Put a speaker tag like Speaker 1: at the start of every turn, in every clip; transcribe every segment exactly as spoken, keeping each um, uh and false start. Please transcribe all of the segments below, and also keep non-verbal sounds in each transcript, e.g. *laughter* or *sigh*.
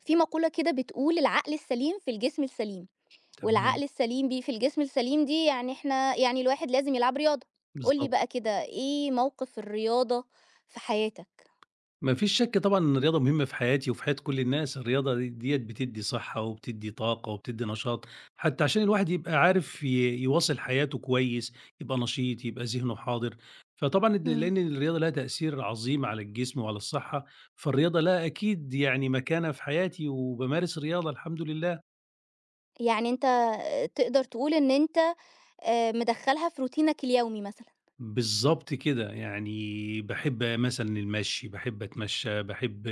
Speaker 1: في مقولة كده بتقول: العقل السليم في الجسم السليم،
Speaker 2: تمام،
Speaker 1: والعقل السليم بي في الجسم السليم دي، يعني احنا يعني الواحد لازم يلعب رياضة. قولي
Speaker 2: بالضبط.
Speaker 1: بقى كده، ايه موقف الرياضة في حياتك؟
Speaker 2: ما فيش شَك طبعًا إن الرياضة مهمة في حياتي وفي حياة كل الناس، الرياضة د ديّة بتدّي صحّة وبتدّي طاقة وبتدّي نشاط، حتّى عشان الواحد يبقى عارف ي يواصل حياته كويس، يبقى نشيط، يبقى ذهنه حاضر. فطبعًا د
Speaker 1: مم.
Speaker 2: لإن الرياضة لها تأثير عظيم على الجسم وعلى الصحّة، فالرياضة لها أكيد يعني مكانة في حياتي وبامارس الرياضة الحمد لله.
Speaker 1: يعني انت تقدر تقول ان انت، آه، مدخلها في روتينك اليومي مثلا؟
Speaker 2: بالضبط كده، يعني باحب مثلًا المشي، باحب أتمشى، باحب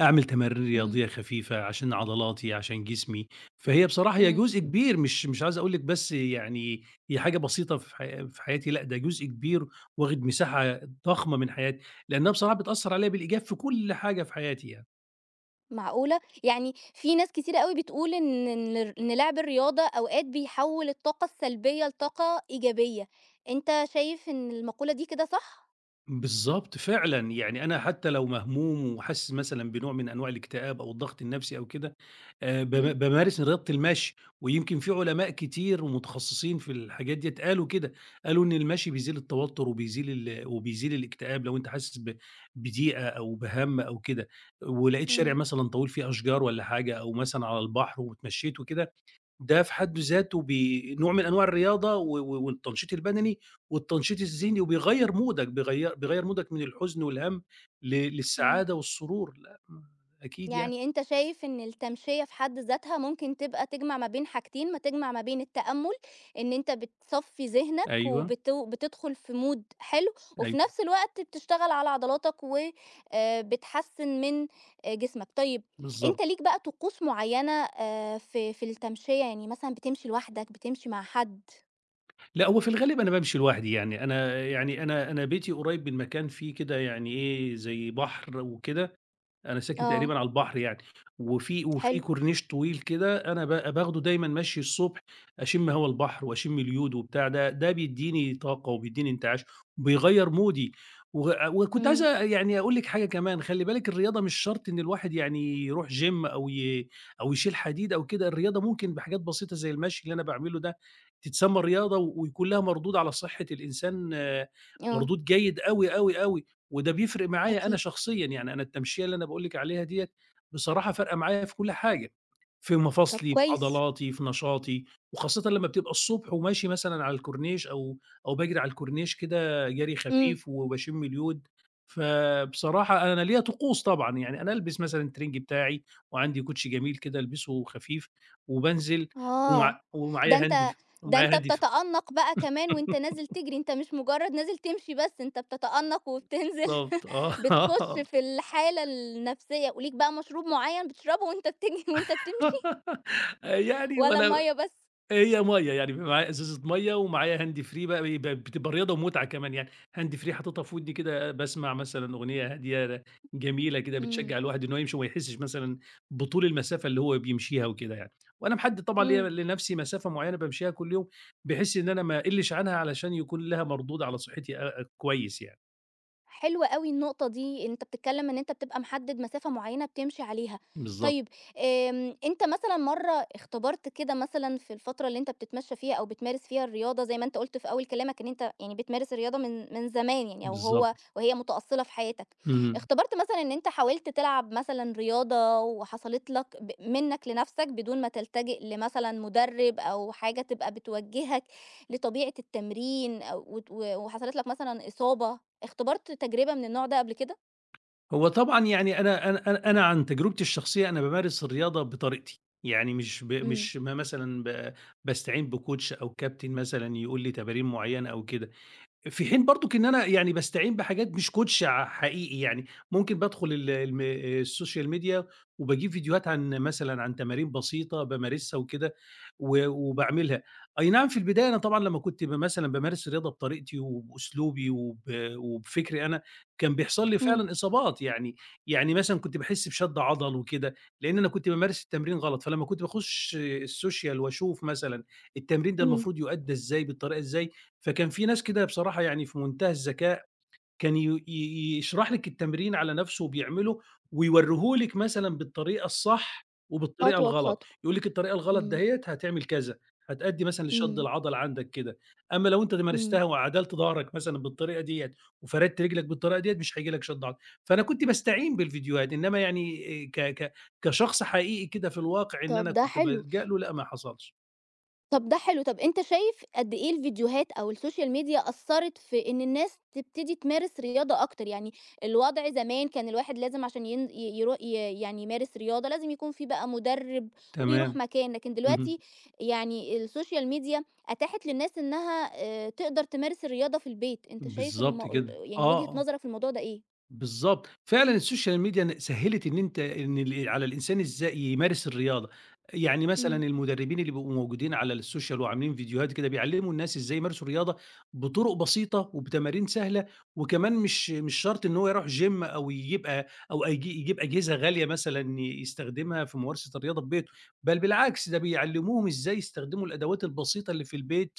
Speaker 2: أعمل تمارين
Speaker 1: مم.
Speaker 2: رياضية خفيفة عشان عضلاتي، عشان جسمي، فهي بصراحة هي
Speaker 1: مم.
Speaker 2: جزء كبير مش مش عايز أقول لِك بس يعني هي حاجة بسيطة في حيا في حياتي، لأ ده جزء كبير واخد مساحة ضخمة من حياتي، لأنها بصراحة بتأثّر عليَّ بالإيجاب في كل حاجة في حياتي يعني.
Speaker 1: معقولة، يعني في ناس كتير قوي بتقول ان ان الر- إن لعب الرياضة اوقات بيحول الطاقة السلبية لطاقة ايجابية. انت شايف ان المقولة دي كده صح؟
Speaker 2: بالضبط فعلًا، يعني أنا حتى لو مهموم وحاسس مثلًا بنوع من أنواع الاكتئاب أو الضغط النفسي أو كده، آآ بام
Speaker 1: مم.
Speaker 2: بامارس رياضة المشي، ويمكن في علماء كتير ومتخصصين في الحاجات ديّة قالوا كده، قالوا إن المشي بيزيل التوتر وبيزيل ال وبيزيل الاكتئاب لو أنت حاسس ب بضيقة أو بهَم أو كده، ولقيت شارع
Speaker 1: مم.
Speaker 2: مثلًا طويل فيه أشجار والّا حاجة أو مثلًا على البحر واتمشيت وكده ده في حد ذاته بي نوع من أنواع الرياضة و و والتنشيط البدني والتنشيط الذهني، وبيغيّر مودك، بيغيّر بيغيّر مودك من الحزن والهَم ل
Speaker 1: مم.
Speaker 2: للسعادة والسرور، لأ ما أكيد يعني.
Speaker 1: يعني أنت شايف إن التمشية في حد ذاتها ممكن تبقى تجمع ما بين حاجتين، ما تجمع ما بين التأمل، إن أنت بتصفّي ذهنك
Speaker 2: أيوه،
Speaker 1: وبت بتدخل في mood حلو، وفي
Speaker 2: أيوه،
Speaker 1: نفس الوقت بتشتغل على عضلاتك و آآ، بتحسّن من آآ، جسمك. طيب،
Speaker 2: بالضبط.
Speaker 1: أنت ليك بقى طقوس معيّنة آآ، في في التمشية، يعني مثلًا بتمشي لوحدك، بتمشي مع حد؟
Speaker 2: لأ هو في الغالب أنا بامشي لوحدي يعني، أنا يعني أنا أنا بيتي قريب من مكان فيه كده يعني إيه، زي بحر وكده أنا ساكن تقريبًا
Speaker 1: آه.
Speaker 2: على البحر يعني، وفي وفي
Speaker 1: حلو.
Speaker 2: كورنيش طويل كده أنا ب باخده دايمًا مَشْي الصبح، أشم هوا البحر وأشم اليود وبتاع ده، ده بيدّيني طاقة وبيدّيني انتعاش، وبيغيّر مودي، و وكنت عايز
Speaker 1: إمم.
Speaker 2: يعني أقول لِك حاجة كمان، خلّي بالِك الرياضة مش شرط إن الواحد يعني يروح gym أو ي أو يشيل حديد أو كده، الرياضة ممكن بحاجات بسيطة زي المشي اللي أنا باعمله ده تتسمى رياضة، ويكون لها مردود على صحة الإنسان آه،
Speaker 1: آه.
Speaker 2: مردود جيد أوي، أوي، أوي. وده بيفرق معايا أنا
Speaker 1: أكيد.
Speaker 2: شخصيًا، يعني أنا التمشية اللي أنا باقول لِك عليها ديّة بصراحة فارقة معايا في كل حاجة، في
Speaker 1: طب
Speaker 2: مفاصلي، في
Speaker 1: كويس.
Speaker 2: عضلاتي، في نشاطي، وخاصةً لمّا بتبقى الصبح وماشي مثلًا على الكورنيش أو أو باجري على الكورنيش كده جري
Speaker 1: إمم.
Speaker 2: خفيف وباشم اليود، فبصراحة أنا ليّا طقوس طبعًا، يعني أنا ألبس مثلًا الترنج بتاعي وعندي كوتشي جميل كده ألبسه خفيف وبانزل
Speaker 1: آه،
Speaker 2: ومع
Speaker 1: ده
Speaker 2: ومعايا هاند
Speaker 1: أنت
Speaker 2: ف
Speaker 1: ده
Speaker 2: ومعايا
Speaker 1: أنت
Speaker 2: هاند ف
Speaker 1: بتتأنّق بقى كمان وأنت نازل تجري، أنت مش مجرّد نازل تمشي بس، أنت بتتأنّق وبتنزل
Speaker 2: بالضبط
Speaker 1: *laughs*
Speaker 2: *laughs*
Speaker 1: بتخُش
Speaker 2: آه،
Speaker 1: في الحالة النفسية، وليك بقى مشروب معيّن بتشربه وأنت بتجري *laughs* وأنت بتمشي،
Speaker 2: *laughs* آه، يعني
Speaker 1: والّا
Speaker 2: وأنا
Speaker 1: المَيّة بس؟
Speaker 2: هي مَيّة، يعني بيبقى معايا إزازة مَيّة ومعايا هاند فري بقى ب ب بتبقى رياضة ومتعة كمان يعني، هاند فري حاططها في ودني كده باسمع مثلًا أغنية هادية جميلة كده
Speaker 1: إمم.
Speaker 2: بتشجّع الواحد إن هو يمشي وما يحسّش مثلًا بطول المسافة اللي هو بيمشيها وكده يعني، وأنا محدد طبعًا ليّا
Speaker 1: إمم.
Speaker 2: لنَفْسي مسافة معيّنة بامشيها كل يوم، بحيث إن أنا ما أقلّش عنها علشان يكون لها مردود على صحّتي أ أ كويس يعني.
Speaker 1: حلوة أوي النقطة دي، إن أنت بتتكلم إن أنت بتبقى محدد مسافة معينة بتمشي عليها.
Speaker 2: بالضبط،
Speaker 1: طيب، آمم، أنت مثلًا مرّة اختبرت كده مثلًا في الفترة اللي أنت بتتمشى فيها أو بتمارس فيها الرياضة زي ما أنت قُلت في أول كلامك، إن أنت يعني بتمارس الرياضة من من زمان يعني، أو
Speaker 2: بالضبط.
Speaker 1: هو وهي متأصّلة في حياتك.
Speaker 2: اهم.
Speaker 1: اختبرت مثلًا إن أنت حاولت تلعب مثلًا رياضة، وحصلت لك ب منّك لنَفْسك بدون ما تلتجئ لمثلًا مُدرِّب أو حاجة تبقى بتوجّهك لطبيعة التمرين، أو وت و وحصلت لك مثلًا إصابة؟ اختبرت تجربة من النوع ده قبل كده؟
Speaker 2: هو طبعًا يعني أنا أنا أنا أنا عن تجربتي الشخصية أنا بامارس الرياضة بطريقتي، يعني مش ب
Speaker 1: إمم.
Speaker 2: مش ما مثلًا ب باستعين بcoach أو كابتن مثلًا يقول لي تمارين معيّنة أو كده. في حين برضُك إن أنا يعني باستعين بحاجات مش coach ع حقيقي يعني، ممكن بادخل ال الم السوشيال ميديا وباجيب فيديوهات عن مثلًا عن تمارين بسيطة بامارسها وكده و وباعملها. أي نعم في البداية أنا طبعًا لمّا كنت ب مثلًا بامارس الرياضة بطريقتي وبأسلوبي وب وبفكري أنا، كان بيحصل لي
Speaker 1: إمم.
Speaker 2: فعلًا إصابات، يعني يعني مثلًا كنت باحس بشد عضل وكده، لإن أنا كنت بامارس التمرين غلط، فلمّا كنت باخش السوشيال واشوف مثلًا التمرين ده
Speaker 1: إمم.
Speaker 2: المفروض يؤدى إزاي، بالطريقة إزاي، فكان في ناس كده بصراحة يعني في منتهى الذكاء، كان ي ي يشرح لِك التمرين على نَفْسه وبيعمله ويورّيه لِك مثلًا بالطريقة الصح وبالطريقة
Speaker 1: خطوة
Speaker 2: الغلط،
Speaker 1: بخطوة.
Speaker 2: يقول لِك الطريقة الغلط
Speaker 1: إمم.
Speaker 2: دهيّة هتعمل كذا، هتأدّي مثلًا لشد
Speaker 1: إمم.
Speaker 2: العضل عندك كده، أمّا لو أنت
Speaker 1: إمم.
Speaker 2: مارستها وعدلت ضهرك مثلًا بالطريقة ديّة وفردت رجلك بالطريقة ديّة مش هييجي لك شد عضل، فأنا كنت باستعين بالفيديوهات، إنّما يعني آآ ك ك كشخص حقيقي كده في الواقع إن
Speaker 1: طب
Speaker 2: أنا
Speaker 1: ده
Speaker 2: كنت
Speaker 1: حلو.
Speaker 2: بالجأ له لأ، ما حصلش.
Speaker 1: طب ده حلو. طب أنت شايف قد إيه الفيديوهات أو السوشيال ميديا أثّرت في إن الناس تبتدي تمارس رياضة أكتر، يعني الوضع زمان كان الواحد لازم عشان ين ي يرو ي يعني يمارس رياضة، لازم يكون في بقى مدرب
Speaker 2: تمام،
Speaker 1: وبيروح مكان، لكن
Speaker 2: اهم،
Speaker 1: دلوقتي يعني السوشيال ميديا أتاحت للناس إنها آآ، تقدر تمارس الرياضة في البيت. أنت شايف الم
Speaker 2: بالضبط كده،
Speaker 1: يعني، وجهة
Speaker 2: آه،
Speaker 1: نظرك في الموضوع ده إيه؟
Speaker 2: بالضبط، فعلًا السوشيال ميديا ن سهّلت إن أنت إن ال على الإنسان إزاي يمارس الرياضة، يعني مثلًا
Speaker 1: إمم.
Speaker 2: المدربين اللي بيبقوا موجودين على السوشيال وعاملين فيديوهات كده بيعلّموا الناس إزاي يمارسوا الرياضة بطرق بسيطة وبتمارين سهلة، وكمان مش مش شرط إن هو يروح gym أو يبقى أو أيج يجيب أجهزة غالية مثلًا يستخدمها في ممارسة الرياضة في بيته، بل بالعكس ده بيعلّموهم إزاي يستخدموا الأدوات البسيطة اللي في البيت.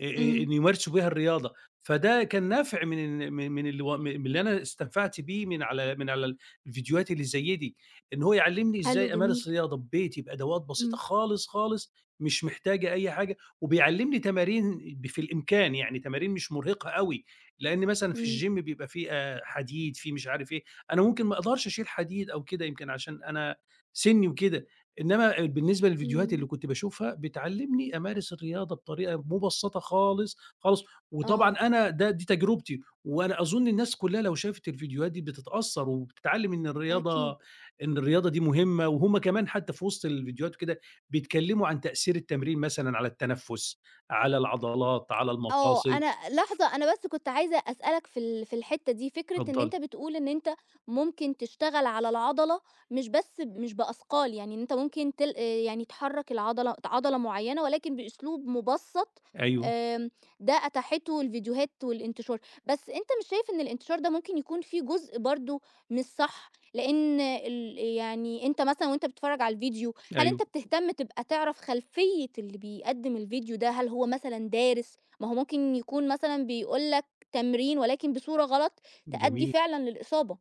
Speaker 2: آآ
Speaker 1: إمم.
Speaker 2: إن يمارسوا بها الرياضة، فده كان نافع من ال من من اللي و من اللي أنا استنفعت بيه من على من على الفيديوهات اللي زي دي، إن هو يعلّمني
Speaker 1: حلو
Speaker 2: إزاي
Speaker 1: جميل.
Speaker 2: أمارس رياضة ببيتي بأدوات بسيطة
Speaker 1: إمم.
Speaker 2: خالص، خالص، مش محتاجة أي حاجة، وبيعلّمني تمارين ب في الإمكان، يعني تمارين مش مرهقة أوي، لإن مثلًا في
Speaker 1: إمم.
Speaker 2: الgym بيبقى فيه آآ حديد، فيه مش عارف إيه، أنا ممكن ما أقدرش أشيل حديد أو كده يمكن عشان أنا سِنّي وكده. إنما بالنسبة للفيديوهات
Speaker 1: إمم.
Speaker 2: اللي كنت باشوفها، بتعلّمني أمارس الرياضة بطريقة مُبسّطة خالص، خالص، وطبعًا
Speaker 1: آه.
Speaker 2: أنا ده دي تجربتي، وأنا أظُن الناس كلّها لو شافت الفيديوهات دي بتتأثّر وبتتعلّم إن
Speaker 1: أكيد.
Speaker 2: الرياضة إن الرياضة دي مهمة، وهُم كمان حتى في وسط الفيديوهات وكده بيتكلّموا عن تأثير التمرين مثلًا على التنفُّس، على العضلات، على
Speaker 1: آه،
Speaker 2: المفاصل،
Speaker 1: أنا لحظة، أنا بس كنت عايزة أسألك في ال في الحتّة دي، فكرة إن أنت
Speaker 2: اتفضّلي.
Speaker 1: بتقول إن أنت ممكن تشتغل على العضلة مش بس ب- مش بأثقال، يعني إن أنت ممكن تل آآ، يعني تحرّك العضلة، عضلة معيّنة، ولكن بأسلوب مُبسّط.
Speaker 2: أيوه،
Speaker 1: آمم، ده أتاحته الفيديوهات والانتشار، بس أنت مش شايف إن الانتشار ده ممكن يكون فيه جزء برضه مش صح؟ لإن ال يعني، أنت مثلًا وأنت بتتفرّج على الفيديو، هل أنت
Speaker 2: أيوه،
Speaker 1: بتهتم تبقى تعرف خلفية اللي بيقدّم الفيديو ده، هل هو مثلًا دارس؟ ما هو ممكن يكون مثلًا بيقول لك تمرين ولكن بصورة غلط تأدّي
Speaker 2: جميل،
Speaker 1: فعلًا للإصابة،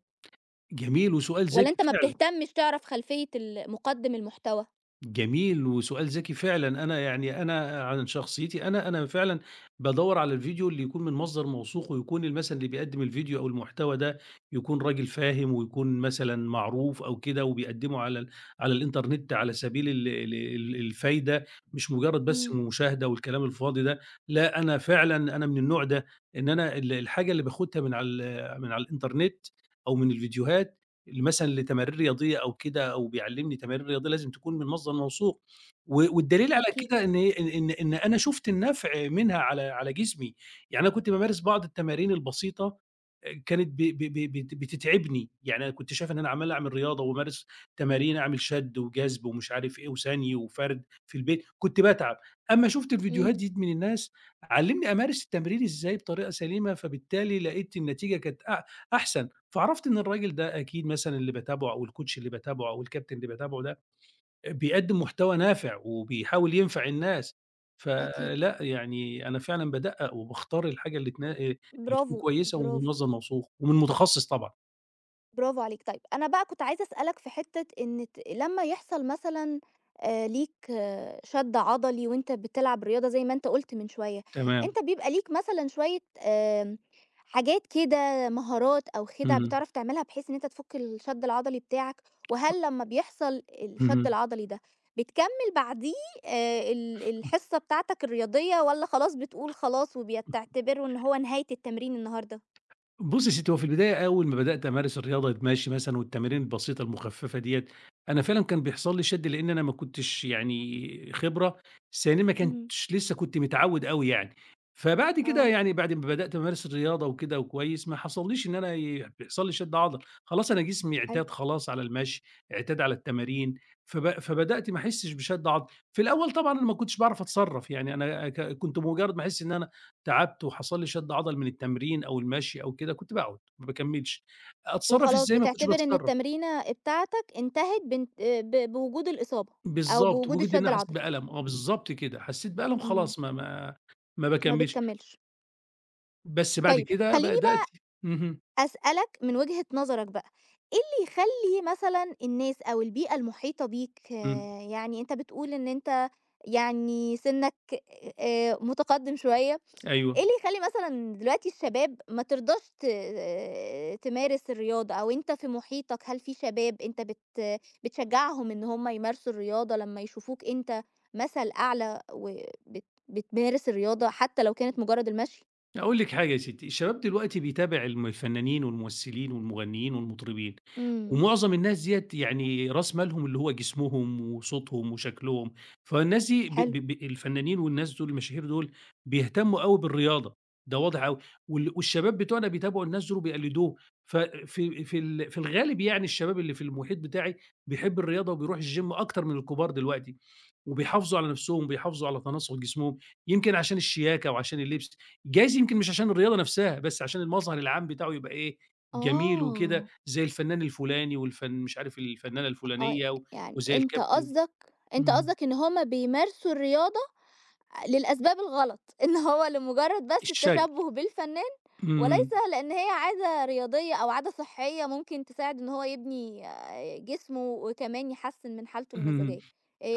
Speaker 2: جميل وسؤال
Speaker 1: والّا
Speaker 2: ذكي
Speaker 1: أنت ما
Speaker 2: فعلًا.
Speaker 1: بتهتمش تعرف خلفية ال مُقدِّم المحتوى؟
Speaker 2: جميل وسؤال ذكي فعلًا، أنا يعني أنا عن شخصيتي أنا، أنا فعلًا بادوّر على الفيديو اللي يكون من مصدر موثوق ويكون ال مثلًا اللي بيقدّم الفيديو أو المحتوى ده يكون راجل فاهم ويكون مثلًا معروف أو كده وبيقدّمه على ال على الإنترنت على سبيل ال ال ال الفايدة، مش مجرّد بس
Speaker 1: إمم.
Speaker 2: المشاهدة والكلام الفاضي ده، لأ أنا فعلًا أنا من النوع ده، إن أنا ال الحاجة اللي باخُدها من على ال من على الإنترنت أو من الفيديوهات ل مثلًا لتمارين رياضية أو كده أو بيعلّمني تمارين رياضية لازم تكون من مصدر موثوق، و والدليل على
Speaker 1: أكيد.
Speaker 2: كده إن إيه، إن إن إن أنا شُفت النفع منها على على جسمي، يعني أنا كنت بامارس بعض التمارين البسيطة آآ كانت ب ب ب بت بتتعبني، يعني أنا كنت شايف إن أنا عمّال أعمل رياضة وأمارس تمارين أعمل شَد وجذب ومش عارف إيه وثَني وفَرد في البيت، كنت باتعب، أمّا شُفت الفيديوهات
Speaker 1: إمم.
Speaker 2: دي من الناس علّمني أمارس التمرين إزاي بطريقة سليمة، فبالتالي لقيت النتيجة كانت أع أحسن، فعرفت إن الراجل ده أكيد مثلًا اللي باتابعه أو الcoach اللي باتابعه أو الكابتن اللي باتابعه ده بيقدّم محتوى نافع وبيحاول ينفع الناس،
Speaker 1: أكيد.
Speaker 2: فلأ يعني أنا فعلًا بادقّق وباختار الحاجة اللي تنا اللي تكون
Speaker 1: برافو.
Speaker 2: كويسة ومن
Speaker 1: برافو.
Speaker 2: مصدر موثوق ومن متخصص طبعًا.
Speaker 1: برافو عليك. طيب أنا بقى كنت عايزة أسألك في حتّة، إن ت لمّا يحصل مثلًا آآ ليك آه، شَد عضلي وأنت بتلعب رياضة زي ما أنت قُلت من شوية،
Speaker 2: تمام،
Speaker 1: أنت بيبقى ليك مثلًا شوية آمم حاجات كده مهارات أو خِدَع
Speaker 2: اهم،
Speaker 1: بتعرف تعملها بحيث إن أنت تفُك الشَد العضلي بتاعك؟ وهل لمّا بيحصل الشَد
Speaker 2: اهم.
Speaker 1: العضلي ده بتكمّل بعديه آآ ال الحصة بتاعتك الرياضية، والّا خلاص بتقول خلاص وبتعتبره إن هو نهاية التمرين النهارده؟
Speaker 2: بُصّي يا ستّي، هو في البداية أول ما بدأت أمارس الرياضة مشي مثلًا والتمارين البسيطة المخففة ديّة، أنا فعلًا كان بيحصل لي شَد لإن أنا ما كنتش يعني خبرة، ثانيًا ما
Speaker 1: اهم.
Speaker 2: كنتش لسه كنت متعوّد أوي يعني. فبعد كده
Speaker 1: آه،
Speaker 2: يعني بعد ما بدأت أمارس الرياضة وكده وكويس، ما حصلّيش إن أنا ي بيحصل لي شَد عضل، خلاص أنا جسمي
Speaker 1: حلو.
Speaker 2: اعتاد خلاص على المشي، اعتاد على التمارين، فب فبدأت ما أحسّش بشَد عضل. في الأول طبعًا أنا ما كنتش باعرف أتصرّف، يعني أنا ك كنت بمجرّد ما أحس إن أنا تعبت وحصل لي شد عضل من التمرين أو المشي أو كده، كنت باقعد ما باكمّلش. أتصرّف
Speaker 1: وخلاص
Speaker 2: إزاي؟ ما كنتش
Speaker 1: بتعتبر إن
Speaker 2: باتصرّف.
Speaker 1: التمرينة بتاعتك انتهت، بانت ب بوجود الإصابة، أو
Speaker 2: بالضبط،
Speaker 1: بوجود
Speaker 2: بوجود إن
Speaker 1: الشد
Speaker 2: أنا حسّيت
Speaker 1: العضلي.
Speaker 2: بألم، آه بالضبط كده، حسّيت بألم
Speaker 1: إمم.
Speaker 2: خلاص ما ما ما
Speaker 1: ما
Speaker 2: باكمّلش،
Speaker 1: بتكمّلش.
Speaker 2: بس بعد
Speaker 1: طيب
Speaker 2: كده
Speaker 1: خلّيني
Speaker 2: بدأت
Speaker 1: بقى
Speaker 2: اهم،
Speaker 1: أسألك من وجهة نظرك بقى، إيه اللي يخلّي مثلًا الناس أو البيئة المحيطة بيك،
Speaker 2: إمم،
Speaker 1: آه، يعني أنت بتقول إن أنت يعني سِنّك آآ متقدّم شوية. إيه
Speaker 2: أيوه.
Speaker 1: اللي يخلّي مثلًا دلوقتي الشباب ما ترضاش ت تمارس الرياضة، أو أنت في محيطك هل في شباب أنت بت بتشجّعهم إن هم يمارسوا الرياضة لمّا يشوفوك أنت مثل أعلى وبت بتمارس الرياضة حتى لو كانت مجرد المشي؟
Speaker 2: أقول لِك حاجة يا ستّي، الشباب دلوقتي بيتابع الم الفنانين والممثلين والمغنيين والمطربين،
Speaker 1: إمم.
Speaker 2: ومعظم الناس ديّة يعني راس مالهم اللي هو جسمهم وصوتهم وشكلهم، فالناس دي ب
Speaker 1: حلو.
Speaker 2: ب ب الفنانين والناس دول المشاهير دول بيهتموا أوي بالرياضة، ده واضح أوي، وال والشباب بتوعنا بيتابعوا الناس دول وبيقلدوهم، ففي في ال في الغالب يعني الشباب اللي في المحيط بتاعي بيحب الرياضة وبيروح الgym أكتر من الكبار دلوقتي، وبيحافظوا على نفسهم وبيحافظوا على تناسق جسمهم، يمكن عشان الشياكة وعشان اللبس. جايز يمكن مش عشان الرياضة نفسها، بس عشان المظهر العام بتاعه يبقى إيه، جميل وكده،
Speaker 1: آه،
Speaker 2: زي الفنان الفلاني والفن مش عارف الفنانة
Speaker 1: آه،
Speaker 2: الفلانية، و-
Speaker 1: يعني
Speaker 2: وزي
Speaker 1: أنت
Speaker 2: الكابتن
Speaker 1: قصدك أنت
Speaker 2: اهم.
Speaker 1: قصدك إن هم بيمارسوا الرياضة للأسباب الغلط *laughs* إن هو لمجرد بس
Speaker 2: الشكل،
Speaker 1: التشبُّه بالفنان، وليس
Speaker 2: إمم،
Speaker 1: لإن هي عادة رياضية أو عادة صحية ممكن تساعد إن هو يبني آه، جسمه، وكمان يحسّن من حالته
Speaker 2: إمم،
Speaker 1: المزاجية.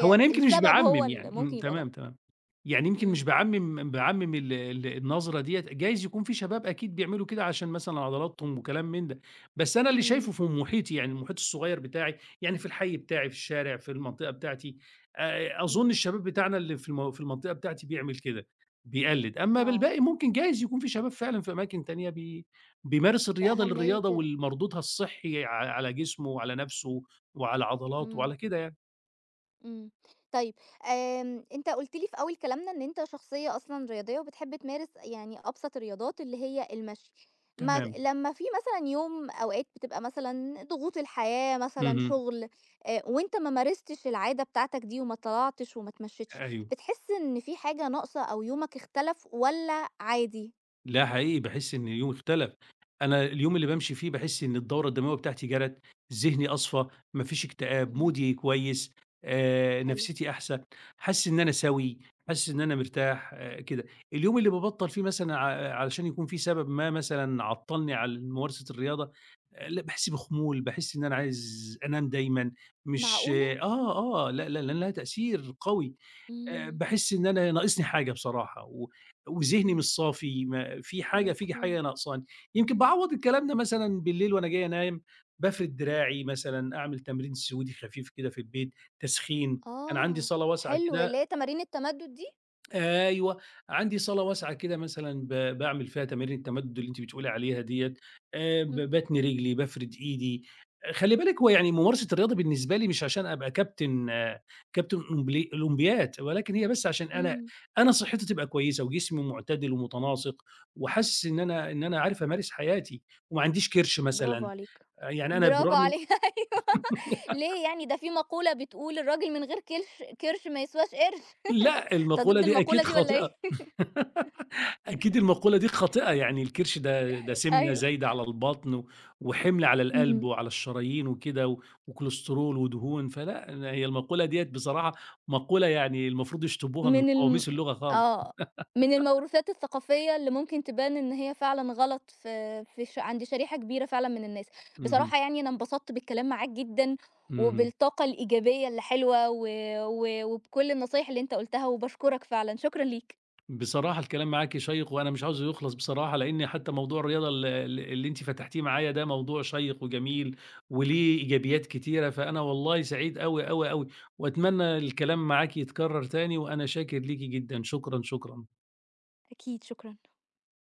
Speaker 2: هو أنا يمكن مش
Speaker 1: السبب هو
Speaker 2: باعمّم
Speaker 1: اللي
Speaker 2: يعني،
Speaker 1: ممكن
Speaker 2: إمم،
Speaker 1: يبقى
Speaker 2: تمام،
Speaker 1: غلط.
Speaker 2: تمام. يعني يمكن
Speaker 1: إمم.
Speaker 2: مش باعمّم باعمّم ال ال النظرة ديّة، جايز يكون في شباب أكيد بيعملوا كده عشان مثلًا عضلاتهم وكلام من ده، بس أنا اللي
Speaker 1: إمم.
Speaker 2: شايفه في محيطي، يعني المحيط الصغير بتاعي، يعني في الحي بتاعي، في الشارع، في المنطقة بتاعتي، آآ أظن
Speaker 1: إمم.
Speaker 2: الشباب بتاعنا اللي في الم في المنطقة بتاعتي بيعمل كده، بيقلِّد، أمّا
Speaker 1: آه.
Speaker 2: بالباقي ممكن جايز يكون في شباب فعلًا في أماكن تانية بي بيمارس الرياضة
Speaker 1: بأهمية.
Speaker 2: للرياضة ولمردودها الصحّي ع على جسمه وعلى نَفْسه وعلى عضلاته
Speaker 1: إمم.
Speaker 2: وعلى كده يعني،
Speaker 1: إمم. طيب، آمم، أنت قُلت لي في أول كلامنا إن أنت شخصية أصلًا رياضية وبتحب تمارس يعني أبسط الرياضات اللي هي المشي. ما
Speaker 2: تمام.
Speaker 1: لمّا في مثلًا يوم أوقات بتبقى مثلًا ضغوط الحياة مثلًا
Speaker 2: اهم.
Speaker 1: شُغل، آآ، وأنت ما مارستش العادة بتاعتك دي وما طلعتش وما اتمشيتش،
Speaker 2: أيوه.
Speaker 1: بتحس إن في حاجة ناقصة أو يومك اختلف، والّا عادي؟
Speaker 2: لأ حقيقي باحس إن اليوم اختلف. أنا اليوم اللي بامشي فيه باحس إن الدورة الدموية بتاعتي جرَت، ذهني أصفى، ما فيش اكتئاب،
Speaker 1: إمم.
Speaker 2: مودي كويس، آآ
Speaker 1: حلو.
Speaker 2: نفسيتي أحسن، حاسس إن أنا سَوِي، حاسس إن أنا مرتاح آآ كده. اليوم اللي بابطّل فيه مثلًا ع علشان يكون في سبب ما مثلًا عطّلني عن ممارسة الرياضة، لأ باحس بخمول، باحس إن أنا عايز أنام دايمًا، مش
Speaker 1: معقولة!
Speaker 2: آه، آه، لأ، لأ، لأن لها تأثير قوي. آآ
Speaker 1: إمم.
Speaker 2: باحس إن أنا ناقصني حاجة بصراحة، و وذهني مش
Speaker 1: إمم.
Speaker 2: صافي، ما في حاجة في
Speaker 1: مفهوم.
Speaker 2: حاجة ناقصاني. يمكن باعوّض الكلام ده مثلًا بالليل وأنا جاي أنام، بافرد دراعي مثلًا، أعمل تمرين سعودي خفيف كده في البيت، تسخين. أنا عندي
Speaker 1: آه،
Speaker 2: صالة واسعة
Speaker 1: حلو،
Speaker 2: كده
Speaker 1: اللي هي تمارين التمدد دي؟
Speaker 2: أيوه، عندي صالة واسعة كده مثلًا ب باعمل فيها تمارين التمدد اللي أنتِ بتقولي عليها ديّة، آآ ب
Speaker 1: إمم.
Speaker 2: باتني رجلي، بافرد إيدي، آه، خلّي بالِك هو يعني ممارسة الرياضة بالنسبة لي مش عشان أبقى كابتن آه، كابتن أولمبلي أولمبيات، ولكن هي بس عشان أنا
Speaker 1: إمم.
Speaker 2: أنا صحتي تبقى كويسة وجسمي معتدل ومتناسق، وحاسس إن أنا إن أنا عارف أمارس حياتي، وما عنديش كرش
Speaker 1: برافو
Speaker 2: مثلًا،
Speaker 1: عليك.
Speaker 2: آه، يعني أنا
Speaker 1: برافو
Speaker 2: بالرغم من
Speaker 1: عليها *laughs* أيوه،
Speaker 2: *laughs*
Speaker 1: ليه؟ يعني ده في مقولة بتقول: الراجل من غير كلش كرش ما يسواش قرش *laughs*
Speaker 2: لأ،
Speaker 1: أنت
Speaker 2: المقولة
Speaker 1: ضد
Speaker 2: دي
Speaker 1: المقولة
Speaker 2: أكيد
Speaker 1: دي والّا إيه؟
Speaker 2: خاطئة. *laughs* أكيد المقولة دي خاطئة، يعني الكرش ده ده
Speaker 1: *laughs*
Speaker 2: سمنة
Speaker 1: أيوه.
Speaker 2: زايدة على البطن و وحِمل على القلب
Speaker 1: اهم.
Speaker 2: وعلى الشرايين وكده و وكوليسترول ودهون، فلأ، ن هي المقولة ديّة بصراحة مقولة يعني المفروض يشطبوها من
Speaker 1: من الم
Speaker 2: قواميس اللغة خالص.
Speaker 1: آه، من الموروثات الثقافية اللي ممكن تبان إن هي فعلًا غلط في في ش عند شريحة كبيرة فعلًا من الناس.
Speaker 2: اهم،
Speaker 1: بصراحة يعني أنا انبسطت بالكلام معاك جدًا،
Speaker 2: اهم.
Speaker 1: وبالطاقة الإيجابية اللي حلوة، و و وبكل النصايح اللي أنت قُلتها، وباشكرك فعلًا. شكرًا ليك.
Speaker 2: بصراحة الكلام معاكِ شيّق، وأنا مش عاوزه يخلص بصراحة، لإن حتى موضوع الرياضة ال ال اللي أنتِ فتحتيه معايا ده موضوع شيّق وجميل، وليه إيجابيات كتيرة، فأنا والله سعيد أوي، أوي، أوي، وأتمنى الكلام معاكِ يتكرر تاني، وأنا شاكر ليكِ جدًا، شكرًا، شكرًا.
Speaker 1: أكيد، شكرًا.